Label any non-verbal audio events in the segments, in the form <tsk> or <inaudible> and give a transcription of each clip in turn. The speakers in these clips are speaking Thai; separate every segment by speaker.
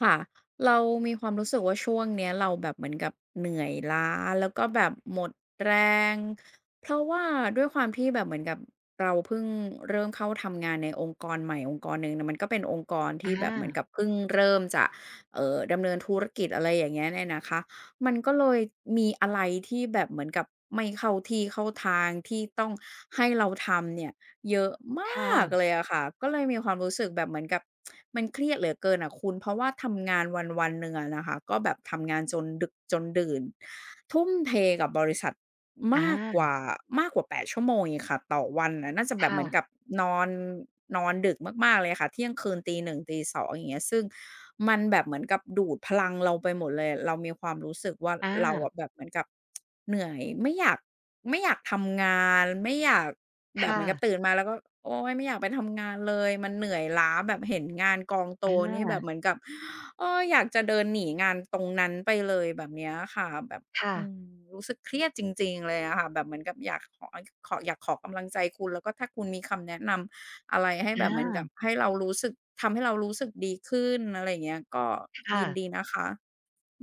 Speaker 1: ค่ะเรามีความรู้สึกว่าช่วงเนี้ยเราแบบเหมือนกับเหนื่อยล้าแล้วก็แบบหมดแรงเพราะว่าด้วยความที่แบบเหมือนกับเราเพิ่งเริ่มเข้าทำงานในองค์กรใหม่องค์กรหนึ่งนะมันก็เป็นองค์กร
Speaker 2: อ
Speaker 1: ที่แบบเหมือนกับ
Speaker 2: า
Speaker 1: เพิ่งเริ่มจะดำเนินธุรกิจอะไรอย่างเงี้ยเนี่ยนะคะมันก็เลยมีอะไรที่แบบเหมือนกับไม่เข้าที่เข้าทางที่ต้องให้เราทำเนี่ย เยอะม
Speaker 2: ค่ะ
Speaker 1: ากเลยอะค่ะก็เลยมีความรู้สึกแบบเหมือนกับ <tsk> มันเครียดเหลือเกินอะคุณเพราะว่าทำงานวันๆหนึ่งอะนะคะก็แบบทำงานจนดึกจนดื่นทุ่มเทกับบริษัท
Speaker 2: อ
Speaker 1: มากก
Speaker 2: า
Speaker 1: ว่ามากกว่า8ชั่วโมงอีกค่ะต่อวันน่ะน่าจะแบบเหมือนกับ
Speaker 2: ค่ะ
Speaker 1: นอนนอนดึกมากๆเลยค่ะเที่ยงคืน01:00 02:00องอย่างเงี้ยซึ่งมันแบบเหมือนกับดูดพลังเราไปหมดเลยเรามีความรู้สึกว่า
Speaker 2: อา
Speaker 1: เราอะแบบเหมือนกับเหนื่อยไม่อยากทำงานไม่อยาก แบบเห
Speaker 2: ค่ะ
Speaker 1: มือนกับตื่นมาแล้วก็โอ๊ยไม่อยากไปทำงานเลยมันเหนื่อยล้าแบบเห็นงานกองโต
Speaker 2: อ
Speaker 1: นี่แบบเห
Speaker 2: า
Speaker 1: มือนกับเอออยากจะเดินหนีงานตรงนั้นไปเลยแบบเนี้ยค่ะแบบ
Speaker 2: ค่ะ
Speaker 1: อืมรู้สึกเครียดจริงๆเลยอะค่ะแบบเหมือนกับอยากขอกำลังใจคุณแล้วก็ถ้าคุณมีคำแนะนำอะไรให้
Speaker 2: อ
Speaker 1: แบบเหมือนกับ
Speaker 2: า
Speaker 1: ให้เรารู้สึกทำให้เรารู้สึกดีขึ้นอะไรอย่างเงี้ยก็
Speaker 2: ค่ะ
Speaker 1: ยินดีนะคะ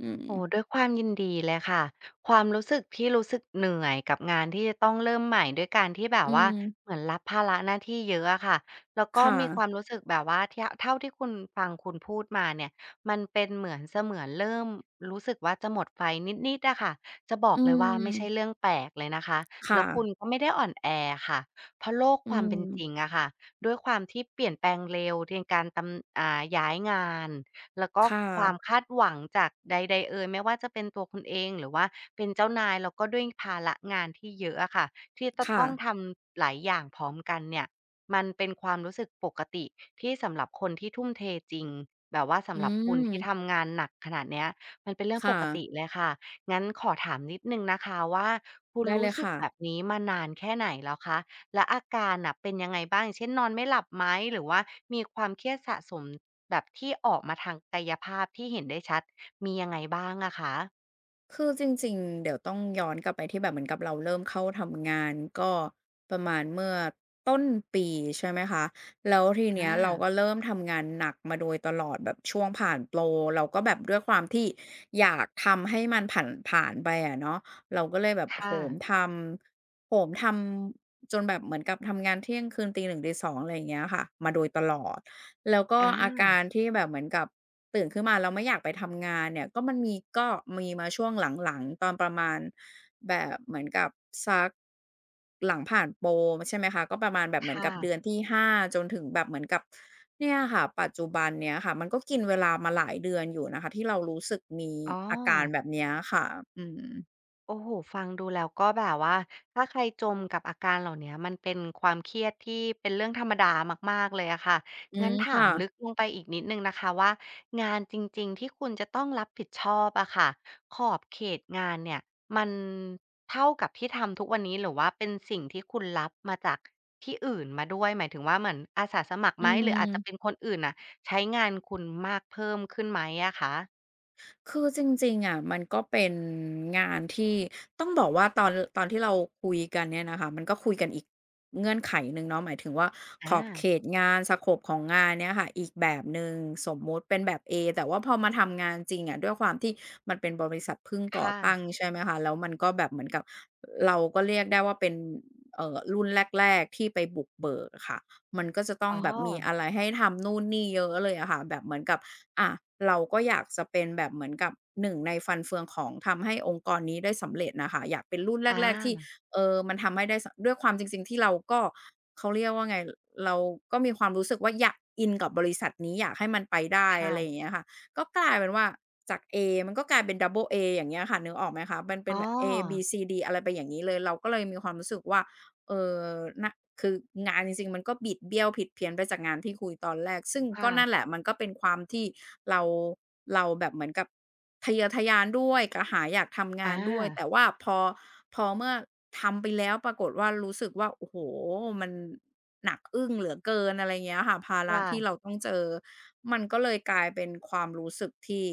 Speaker 1: อืม
Speaker 2: โอ้ด้วยความยินดีเลยค่ะความรู้สึกที่รู้สึกเหนื่อยกับงานที่จะต้องเริ่มใหม่ด้วยการที่แบบ
Speaker 1: อื
Speaker 2: ว่า
Speaker 1: ม
Speaker 2: เหมือนรับภาระหน้าที่เยอะอะค่ะแล้วก็
Speaker 1: ค่ะ
Speaker 2: มีความรู้สึกแบบว่าเท่าที่คุณฟังคุณพูดมาเนี่ยมันเป็นเหมือนเสมือนเริ่มรู้สึกว่าจะหมดไฟนิดๆอะค่ะจะบอ
Speaker 1: อื
Speaker 2: กเลยว่าไม่ใช่เรื่
Speaker 1: ม
Speaker 2: องแปลกเลยนะคะแล้
Speaker 1: ค่ะ
Speaker 2: วคุณก็ไม่ได้อ่อนแอค่ะเพราะโลก
Speaker 1: อื
Speaker 2: ความ
Speaker 1: ม
Speaker 2: เป็นจริงอะค่ะด้วยความที่เปลี่ยนแปลงเร็วเรนการตำย้ายงาน แล้วก็
Speaker 1: ค่
Speaker 2: ความ
Speaker 1: ะ
Speaker 2: คาดหวังจากใดๆเอยไม่ว่าจะเป็นตัวคุณเองหรือว่าเป็นเจ้านายแล้วก็ด้วยภาระงานที่เยอะอะค่ะที่จะ
Speaker 1: ค่ะ
Speaker 2: ต้องทำหลายอย่างพร้อมกันเนี่ยมันเป็นความรู้สึกปกติที่สำหรับคนที่ทุ่มเทจริงแบบว่า
Speaker 1: อื
Speaker 2: สำหรับคุณที่
Speaker 1: ม
Speaker 2: ทำงานหนักขนาดเนี้ยมันเป็นเรื่องป
Speaker 1: ค่ะ
Speaker 2: กติเลยค่ะงั้นขอถามนิดหนึ่งนะคะว่าคุณ
Speaker 1: ได้เล
Speaker 2: รู้
Speaker 1: ย
Speaker 2: สึก
Speaker 1: ค่ะ
Speaker 2: แบบนี้มานานแค่ไหนแล้วคะและอาการน่ะเป็นยังไงบ้างอย่างเช่นนอนไม่หลับไหมหรือว่ามีความเครียดสะสม แบบที่ออกมาทางกายภาพที่เห็นได้ชัดมียังไงบ้างอะคะ
Speaker 1: คือจริงๆเดี๋ยวต้องย้อนกลับไปที่แบบเหมือนกับเราเริ่มเข้าทำงานก็ประมาณเมื่อต้นปีใช่ไหมคะแล้วทีเนี้ยเรา
Speaker 2: อา
Speaker 1: ก็เริ่มทำงานหนักมาโดยตลอดแบบช่วงผ่านโปรเราก็แบบด้วยความที่อยากทำให้มันผ่านไปอะเนาะเราก็เลยแบบโห
Speaker 2: ค่ะ
Speaker 1: มทำโหมทำจนแบบเหมือนกับทำงานเที่ยงคืนตีหนึ่งตีสองอะไรอย่างเงี้ยค่ะมาโดยตลอดแล้วก็
Speaker 2: อ
Speaker 1: อากา
Speaker 2: า
Speaker 1: รที่แบบเหมือนกับ ตื่นขึ้นมาแล้วไม่อยากไปทำงานเนี่ยก็มันมีก็มีมาช่วงหลังๆตอนประมาณแบบเหมือนกับสักหลังผ่านโปรใช่ไหมคะก็ประมาณแบบเหมือนกั
Speaker 2: ค่ะ
Speaker 1: บเดือนที่5จนถึงแบบเหมือนกับเนี่ยค่ะปัจจุบันเนี้ยค่ะมันก็กินเวลามาหลายเดือนอยู่นะคะที่เรารู้สึกมี
Speaker 2: อ๋อ
Speaker 1: อาการแบบเนี้ยค่ะอืม
Speaker 2: โอ้โฮฟังดูแล้วก็แบบว่าถ้าใครจมกับอาการเหล่าเนี้ยมันเป็นความเครียดที่เป็นเรื่องธรรมดามากๆเลยอะค่ะ
Speaker 1: อื
Speaker 2: งั้
Speaker 1: ม
Speaker 2: นถา
Speaker 1: ค่ะ
Speaker 2: มลึกลงไปอีกนิดหนึ่งนะคะว่างานจริงๆที่คุณจะต้องรับผิดชอบอะค่ะขอบเขตงานเนี่ยมันเท่ากับที่ทำทุกวันนี้หรือว่าเป็นสิ่งที่คุณรับมาจากที่อื่นมาด้วยหมายถึงว่าเหมือนอาสาสมัคร
Speaker 1: อื
Speaker 2: ไหมหรืออาจจะเป็น
Speaker 1: ม
Speaker 2: คนอื่นน่ะใช้งานคุณมากเพิ่มขึ้นไหมอะคะ
Speaker 1: คือจริงๆอะมันก็เป็นงานที่ต้องบอกว่าตอนที่เราคุยกันเนี่ยนะคะมันก็คุยกันอีกเงื่อนไขหนึ่งเนาะหมายถึงว่าข
Speaker 2: อา
Speaker 1: อบเขตงานสโกปของงานเนี่ยค่ะอีกแบบหนึ่งสมมุติเป็นแบบ A แต่ว่าพอมาทำงานจริงอะด้วยความที่มันเป็นบริษัทเพิ่งก่อ
Speaker 2: ค่ะ
Speaker 1: ตั้งใช่ไหมคะแล้วมันก็แบบเหมือนกับเราก็เรียกได้ว่าเป็นรุ่นแรกๆที่ไปบุกเบิกอะค่ะมันก็จะต้อ
Speaker 2: อ๋
Speaker 1: ง
Speaker 2: อ
Speaker 1: แบบมีอะไรให้ทำนู่นนี่เยอะเลยอะค่ะแบบเหมือนกับ อ่ะเราก็อยากจะเป็นแบบเหมือนกับหนึ่งในฟันเฟืองของทำให้องค์กรนี้ได้สำเร็จนะคะอยากเป็นรุ่น
Speaker 2: อ
Speaker 1: แรกๆที่
Speaker 2: า
Speaker 1: มันทำให้ได้สด้วยความจริงๆที่เราก็เขาเรียกว่าไงเราก็มีความรู้สึกว่าอยากอินกับบริษัทนี้อยากให้มันไปได้อะไรอย่าง
Speaker 2: ค่ะ
Speaker 1: เงี้ยค่ะก็กลายเป็นว่าจาก A มันก็กลายเป็น Double A อย่างเงี้ยค่ะนึกออกไหมคะมันเป็
Speaker 2: อ๋อ
Speaker 1: นแบบ A B C D อะไรไปอย่างงี้เลยเราก็เลยมีความรู้สึกว่า เออนะคืองานจริงๆ มันก็บิดเบี้ยวผิดเพี้ยนไปจากงานที่คุยตอนแรกซึ่งก็นั่นแห
Speaker 2: ค่ะ
Speaker 1: ละมันก็เป็นความที่เราเราแบบเหมือนกับทะเยอทะยานด้วยกระหายอยากทำงา
Speaker 2: อา
Speaker 1: นด้วยแต่ว่าพอเมื่อทำไปแล้วปรากฏว่ารู้สึกว่าโอ้โหมันหนักอึ้งเหลือเกินอะไรเงี้ยค่ะภาระที่เรา
Speaker 2: ค่ะ
Speaker 1: ต้องเจอมันก็เลยกลายเป็นความรู้สึกที่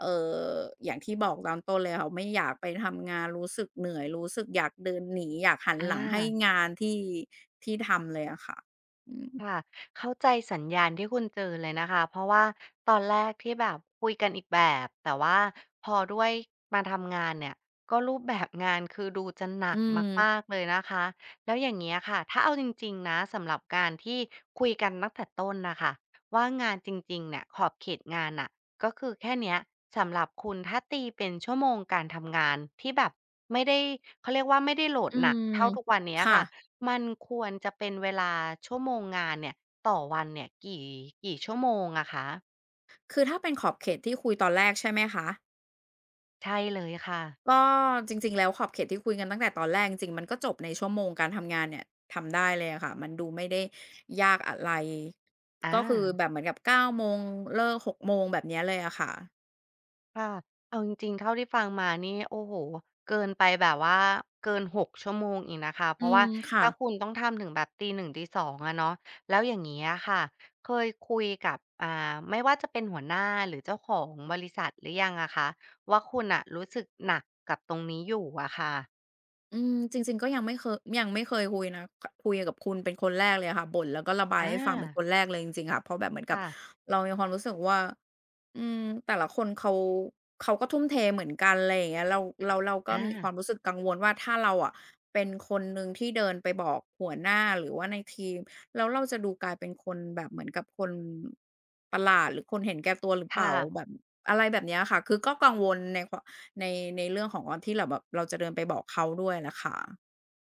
Speaker 1: เอ่ออย่างที่บอกตอนต้นเลยค่ะไม่อยากไปทำงานรู้สึกเหนื่อยรู้สึกอยากเดินหนีอยากหัน
Speaker 2: อ
Speaker 1: หลังให้
Speaker 2: า
Speaker 1: งานที่ทำเลยอะค่ะอืม
Speaker 2: ค่ะเข้าใจสัญญาณที่คุณเจอเลยนะคะเพราะว่าตอนแรกที่แบบคุยกันอีกแบบแต่ว่าพอด้วยมาทำงานเนี่ยก็รูปแบบงานคือดูจะหนั
Speaker 1: อื
Speaker 2: ก
Speaker 1: ม
Speaker 2: มากๆเลยนะคะแล้วอย่างเงี้ยค่ะถ้าเอาจริงๆนะสำหรับการที่คุยกันตั้งแต่ต้นนะคะว่างานจริงๆเนี่ยขอบเขตงานน่ะก็คือแค่เนี้ยสำหรับคุณถ้าตีเป็นชั่วโมงการทำงานที่แบบไม่ได้เขาเรียกว่าไม่ได้โหลด
Speaker 1: อื
Speaker 2: หนัก
Speaker 1: ม
Speaker 2: เท่าทุกวันเนี้ย
Speaker 1: ค่ะ
Speaker 2: ค่ะ มันควรจะเป็นเวลาชั่วโมงงานเนี่ยต่อวันเนี่ยกี่ชั่วโมงอะคะ
Speaker 1: คือถ้าเป็นขอบเขตที่คุยตอนแรกใช่ไหมคะ
Speaker 2: ใช่เลยค่ะ
Speaker 1: ก็จริงๆแล้วขอบเขตที่คุยกันตั้งแต่ตอนแรกจริงๆมันก็จบในชั่วโมงการทำงานเนี่ยทำได้เลยอะค่ะมันดูไม่ได้ยากอะไร
Speaker 2: อา
Speaker 1: ก็คือแบบเหมือนกับเก้าโมงเลิกหกโมงแบบเนี้ยเลยอะค่ะ
Speaker 2: ค่ะเอาจริงๆเท่าที่ฟังมานี่โอ้โฮเกินไปแบบว่าเกิน6ชั่วโมงอีกนะคะเพ
Speaker 1: อื
Speaker 2: ราะ
Speaker 1: ม
Speaker 2: ว่า
Speaker 1: ค่ะ
Speaker 2: ถ้าคุณต้องทำถึงแบบตี1ตี2องอะเนาะแล้วอย่างงี้อะค่ะเคยคุยกับไม่ว่าจะเป็นหัวหน้าหรือเจ้าของบริษัทหรือยังอะคะว่าคุณน่ะรู้สึกหนักกับตรงนี้อยู่อะค่ะ
Speaker 1: อืมจริงๆก็ยังไม่เคยคุยนะคคุยกับคุณเป็นคนแรกเลยอะค่ะบ่นแล้วก็ระบาย
Speaker 2: อ
Speaker 1: ให้ฟังเป็นค
Speaker 2: า
Speaker 1: นแรกเลยจริงๆค่ะเพราะแบบเหมือนกับ
Speaker 2: ค่ะ
Speaker 1: เรามีความรู้สึกว่าอืมแต่ละคนเขาก็ทุ่มเทเหมือนกันไรอย่างเงี้ยเราก็
Speaker 2: อา
Speaker 1: มีความรู้สึกกังวลว่าถ้าเราอะเป็นคนหนึ่งที่เดินไปบอกหัวหน้าหรือว่าในทีมแล้วเราจะดูกลายเป็นคนแบบเหมือนกับคนประหลาดหรือคนเห็นแก่ตัวหรือเปล่า
Speaker 2: ค่ะ
Speaker 1: แบบอะไรแบบเนี้ยค่ะคือก็กังวลในควา ในในเรื่องของว่าที่เราแบบเราจะเดินไปบอกเขาด้วยน่ะค่ะ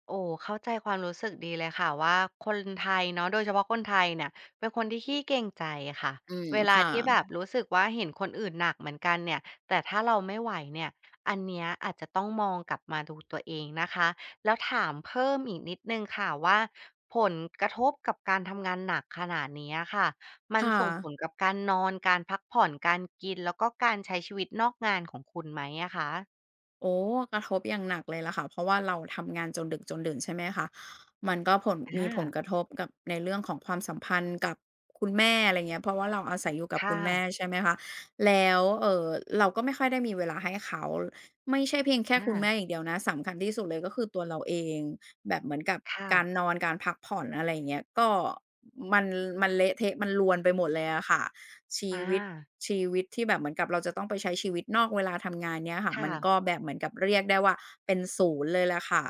Speaker 2: โอ้เข้าใจความรู้สึกดีเลยค่ะว่าคนไทยเนาะโดยเฉพาะคนไทยเนี่ยเป็นคนที่ขี้เกรงใจค่ะ
Speaker 1: อืม
Speaker 2: เวลา
Speaker 1: ค่ะ
Speaker 2: ที่แบบรู้สึกว่าเห็นคนอื่นหนักเหมือนกันเนี่ยแต่ถ้าเราไม่ไหวเนี่ยอันเนี้ยอาจจะต้องมองกลับมาดูตัวเองนะคะแล้วถามเพิ่มอีกนิดหนึ่งค่ะว่าผลกระทบกับการทำงานหนักขนาดนี้อะค่ะมัน
Speaker 1: ค่ะ
Speaker 2: ส่งผลกับการนอนการพักผ่อนการกินแล้วก็การใช้ชีวิตนอกงานของคุณไหมอะคะ
Speaker 1: โอ้กระทบอย่างหนักเลยล่ะค่ะเพราะว่าเราทำงานจนดึกจนดื่นใช่ไหมคะมันก็ผลมีผล
Speaker 2: อา
Speaker 1: กระทบกับในเรื่องของความสัมพันธ์กับคุณแม่อะไรเงี้ยเพราะว่าเราอาศัยอยู่กับคุ
Speaker 2: ค่ะ
Speaker 1: ณแม่ใช่ไหมคะแล้วเราก็ไม่ค่อยได้มีเวลาให้เขาไม่ใช่เพียงแค่คุณ
Speaker 2: อา
Speaker 1: แม่อย่างเดียวนะสำคัญที่สุดเลยก็คือตัวเราเองแบบเหมือนกับ
Speaker 2: ค่ะ
Speaker 1: การนอนการพักผ่อนอะไรอย่างเงี้ยก็มันมันเละเทะมันรวนไปหมดเลยอะค่ะ ชี
Speaker 2: อ
Speaker 1: วิต
Speaker 2: า
Speaker 1: ชีวิตที่แบบเหมือนกับเราจะต้องไปใช้ชีวิตนอกเวลาทำงานเนี่ยค่ะมั
Speaker 2: ค่ะ
Speaker 1: นก็แบบเหมือนกับเรียกได้ว่าเป็นศูนย์เลยแหละค่ะ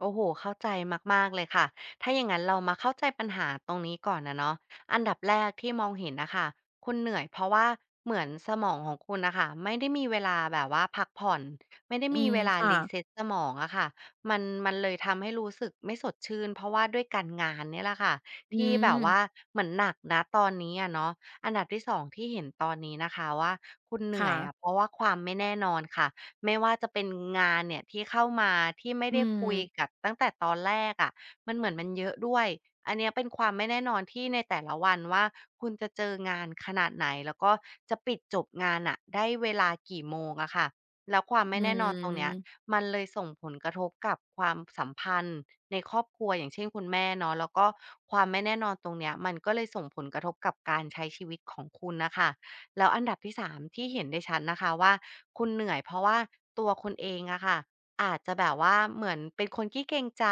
Speaker 2: โอ้โฮเข้าใจมากๆเลยค่ะถ้าอย่างงั้นเรามาเข้าใจปัญหาตรงนี้ก่อนอะเนาะอันดับแรกที่มองเห็นน่ะค่ะคุณเหนื่อยเพราะว่าเหมือนสมองของคุณน่ะค่ะไม่ได้มีเวลาแบบว่าพักผ่อนไม่ได้
Speaker 1: อื
Speaker 2: มี
Speaker 1: ม
Speaker 2: เวลา
Speaker 1: ค่ะ
Speaker 2: reset สมองอะค่ะมันเลยทำให้รู้สึกไม่สดชื่นเพราะว่าด้วยการงานเนี่ยแหละค่ะ
Speaker 1: อื
Speaker 2: ที่แบบ
Speaker 1: ม
Speaker 2: ว่าเหมือนหนักณตอนนี้อะเนาะอันดับที่สองที่เห็นตอนนี้นะคะว่าคุณเหนื่
Speaker 1: ค่ะ
Speaker 2: อยอะเพราะว่าความไม่แน่นอนค่ะ ไม่ว่าจะเป็นงานเนี่ยที่เข้ามาที่ไม่
Speaker 1: อื
Speaker 2: ได้
Speaker 1: ม
Speaker 2: คุยกับตั้งแต่ตอนแรกอะมันเหมือนมันเยอะด้วยอันเนี้ยเป็นความไม่แน่นอนที่ในแต่ละวันว่าคุณจะเจองานขนาดไหนแล้วก็จะปิดจบงานน่ะได้เวลากี่โมงอะค่ะแล้วความ
Speaker 1: อื
Speaker 2: ไม่แน่นอนตรงเนี้ย
Speaker 1: ม
Speaker 2: มันเลยส่งผลกระทบกับความสัมพันธ์ในครอบครัวอย่างเช่นคุณแม่เนาะแล้วก็ความไม่แน่นอนตรงเนี้ยมันก็เลยส่งผลกระทบกับการใช้ชีวิตของคุณน่ะค่ะแล้วอันดับที่สามที่เห็นได้ชัดนะคะว่า คุณเหนื่อยเพราะว่าตัวคุณเองอะค่ะอาจจะแบบว่าเหมือนเป็นคนขี้เกรงใจ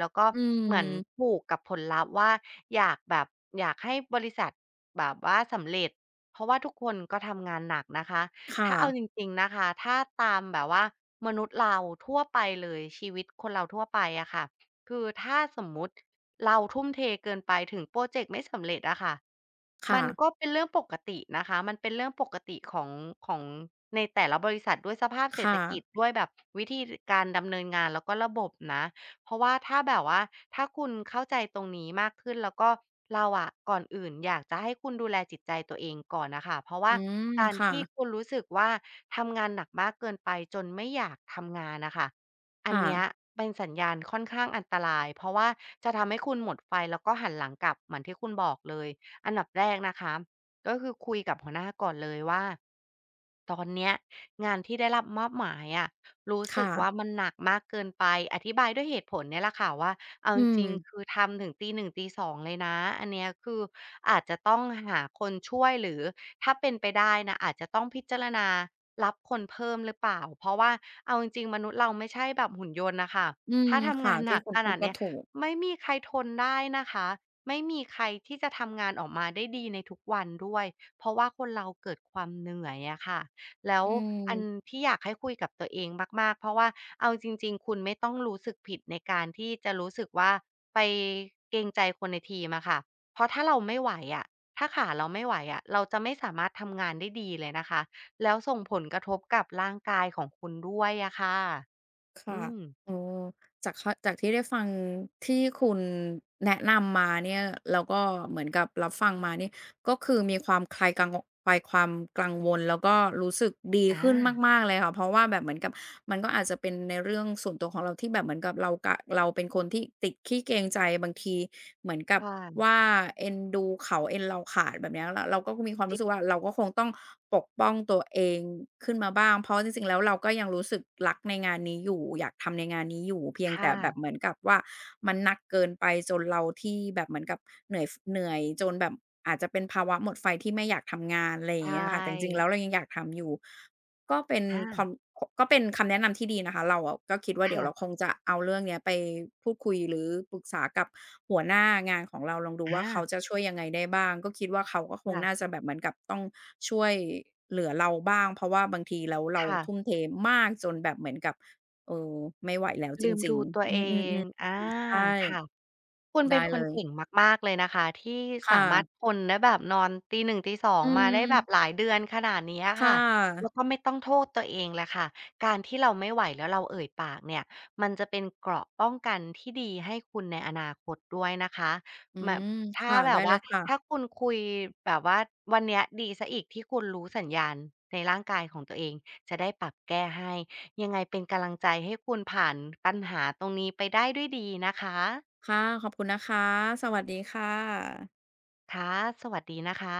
Speaker 2: แล้วก็
Speaker 1: อื
Speaker 2: เหมือน
Speaker 1: ม
Speaker 2: ผูกกับผลลัพธ์ว่าอยากแบบอยากให้บริษัทแบบว่าสำเร็จเพราะว่าทุกคนก็ทำงานหนักนะคะ
Speaker 1: ค่ะ
Speaker 2: ถ้าเอาจริงๆนะคะถ้าตามแบบว่ามนุษย์เราทั่วไปเลยชีวิตคนเราทั่วไปอะค่ะคือถ้าสมมุติ เราทุ่มเทเกินไปถึงโพรเจกต์ไม่สำเร็จอะค่ะ
Speaker 1: ค่ะ
Speaker 2: มันก็เป็นเรื่องปกตินะคะมันเป็นเรื่องปกติของของในแต่ละบริษัทด้วยสภาพเศรษฐ
Speaker 1: ค่ะ
Speaker 2: กิจด้วยแบบวิธีการดำเนินงานแล้วก็ระบบนะเพราะว่าถ้าแบบว่าถ้าคุณเข้าใจตรงนี้มากขึ้นแล้วก็เราอะก่อนอื่นอยากจะให้คุณดูแลจิตใจตัวเองก่อนน่ะค่ะเพราะ
Speaker 1: อื
Speaker 2: ว่า
Speaker 1: ม
Speaker 2: การ
Speaker 1: ค่ะ
Speaker 2: ที่คุณรู้สึกว่าทำงานหนักมากเกินไปจนไม่อยากทำงานน่ะค่ะ อัน
Speaker 1: ค่ะ
Speaker 2: เนี้ยเป็นสัญญาณค่อนข้างอันตรายเพราะว่าจะทำให้คุณหมดไฟแล้วก็หันหลังกลับเหมือนที่คุณบอกเลยอันดับแรกนะคะก็คือคุยกับหัวหน้าก่อนเลยว่าตอนเนี้ยงานที่ได้รับมอบหมายอะรู้สึ
Speaker 1: ค่ะ
Speaker 2: กว่ามันหนักมากเกินไปอธิบายด้วยเหตุผลเนี่ยแหละค่ะว่าเอาจ
Speaker 1: อื
Speaker 2: ริงๆคื
Speaker 1: ม
Speaker 2: อทำถึงตีหนึ่งตีสองเลยนะอันเนี้ยคืออาจจะต้องหาคนช่วยหรือถ้าเป็นไปได้นะอาจจะต้องพิจารณารับคนเพิ่มหรือเปล่าเพราะว่า เอาจริงๆมนุษย์เราไม่ใช่แบบหุ่นยนต์น่ะค่ะ
Speaker 1: อืม
Speaker 2: ถ้าทำ
Speaker 1: ค่ะ
Speaker 2: งานห
Speaker 1: ที่
Speaker 2: นัก
Speaker 1: คุณ
Speaker 2: ข
Speaker 1: พูด
Speaker 2: นาด
Speaker 1: ก็
Speaker 2: เนี้ย
Speaker 1: ถูก
Speaker 2: ไม่มีใครทนได้นะคะไม่มีใครที่จะทำงานออกมาได้ดีในทุกวันด้วยเพราะว่าคนเราเกิดความเหนื่อยอะค่ะแล้ว
Speaker 1: อื
Speaker 2: อัน
Speaker 1: ม
Speaker 2: ที่อยากให้คุยกับตัวเองมากๆเพราะว่าเอาจริงๆคุณไม่ต้องรู้สึกผิดในการที่จะรู้สึกว่าไปเกรงใจคนในทีมอะค่ะเพราะถ้าเราไม่ไหวอะถ้าขาเราไม่ไหวอะเราจะไม่สามารถทำงานได้ดีเลยนะคะ แล้วส่งผลกระทบกับร่างกายของคุณด้วยอะค่ะ
Speaker 1: ค่ะ
Speaker 2: อืม
Speaker 1: เออจากคจากที่ได้ฟังที่คุณแนะนำมาเนี่ยแล้วก็เหมือนกับรับฟังมานี่ ก็คือมีความคลายกังวคลายความกังวลแล้วก็รู้สึกดีขึ้น
Speaker 2: อา
Speaker 1: มากๆเลยค่ะเพราะว่าแบบเหมือนกับมันก็อาจจะเป็นในเรื่องส่วนตัวของเราที่แบบเหมือนกับเรากะเราเป็นคนที่ติดขี้เกรงใจบางทีเหมือนกับ
Speaker 2: ค่ะ
Speaker 1: ว่าเอ็นดูเขาเอ็นเราขาดแบบเนี้ยเราก็มีความรู้สึกว่าเราก็คงต้องปกป้องตัวเองขึ้นมาบ้างเพราะจริงๆแล้วเราก็ยังรู้สึกรักในงานนี้อยู่อยากทำในงานนี้อยู่เพียงแต่
Speaker 2: ค่ะ
Speaker 1: แบบเหมือนกับว่ามันหนักเกินไปจนเราที่แบบเหมือนกับเหนื่อยฟเหนื่อยจนแบบ อาจจะเป็นภาวะหมดไฟที่ไม่อยากทำงานอะไรอย่าง
Speaker 2: ใช่
Speaker 1: เงี้ยค่ะแต่จริงๆแล้วเรายังอยากทำอยู่ก็เป็น
Speaker 2: อา
Speaker 1: ความขก็เป็นคำแนะนำที่ดีนะคะเราอะก็คิดว่าเดี๋ยว
Speaker 2: ค่ะ
Speaker 1: เราคงจะเอาเรื่องเนี้ยไปพูดคุยหรือปรึกษากับหัวหน้างานของเราลองดูว่าเขา
Speaker 2: อา
Speaker 1: จะช่วยยังไงได้บ้างก็คิดว่าเขาก็คงน่าจะ
Speaker 2: ค่ะ
Speaker 1: แบบเหมือนกับต้องช่วยเหลือเราบ้างเพราะว่าบางทีแล้วเรา
Speaker 2: ค่ะ
Speaker 1: ทุ่มเทมากจนแบบเหมือนกับเออไม่ไหวแล้วจ
Speaker 2: ลืม
Speaker 1: ริง
Speaker 2: ดูตัว
Speaker 1: ๆอื
Speaker 2: เอง
Speaker 1: มๆ
Speaker 2: อา
Speaker 1: ๆใช่
Speaker 2: ค่ะ คุณเป็
Speaker 1: ได้
Speaker 2: นค
Speaker 1: เล
Speaker 2: น
Speaker 1: ย
Speaker 2: เก่งมากๆเลยนะคะที่
Speaker 1: ค
Speaker 2: สามารถ
Speaker 1: ่ะ
Speaker 2: ทนแด้แบบนอนตีหนึ่งตีสอง
Speaker 1: อื
Speaker 2: มาได้แบบห
Speaker 1: ม
Speaker 2: ลายเดือนขนาดเนี้ย
Speaker 1: ค่ะ
Speaker 2: ค่ะแล้วก็ไม่ต้องโทษตัวเองแหละค่ะการที่เราไม่ไหวแล้วเราเอ่ยปากเนี่ยมันจะเป็นเกราะป้องกันที่ดีให้คุณในอนาคตด้วยนะคะ
Speaker 1: อื
Speaker 2: แบบ
Speaker 1: ม
Speaker 2: ถ้า
Speaker 1: ค่ะ
Speaker 2: แบ
Speaker 1: ได้
Speaker 2: บ
Speaker 1: เล
Speaker 2: ว่า
Speaker 1: ย
Speaker 2: ถ้า
Speaker 1: ค่ะ
Speaker 2: คุณคุยแบบว่าวันเนี้ยดีเสียอีกที่คุณรู้สัญญาณในร่างกายของตัวเองจะได้ปรับแก้ให้ยังไงเป็นกำลังใจให้คุณผ่านปัญหาตรงนี้ไปได้ด้วยดีนะคะ
Speaker 1: ค่ะ ขอบคุณนะคะ สวัสดีค่ะ
Speaker 2: ค่ะสวัสดีนะคะ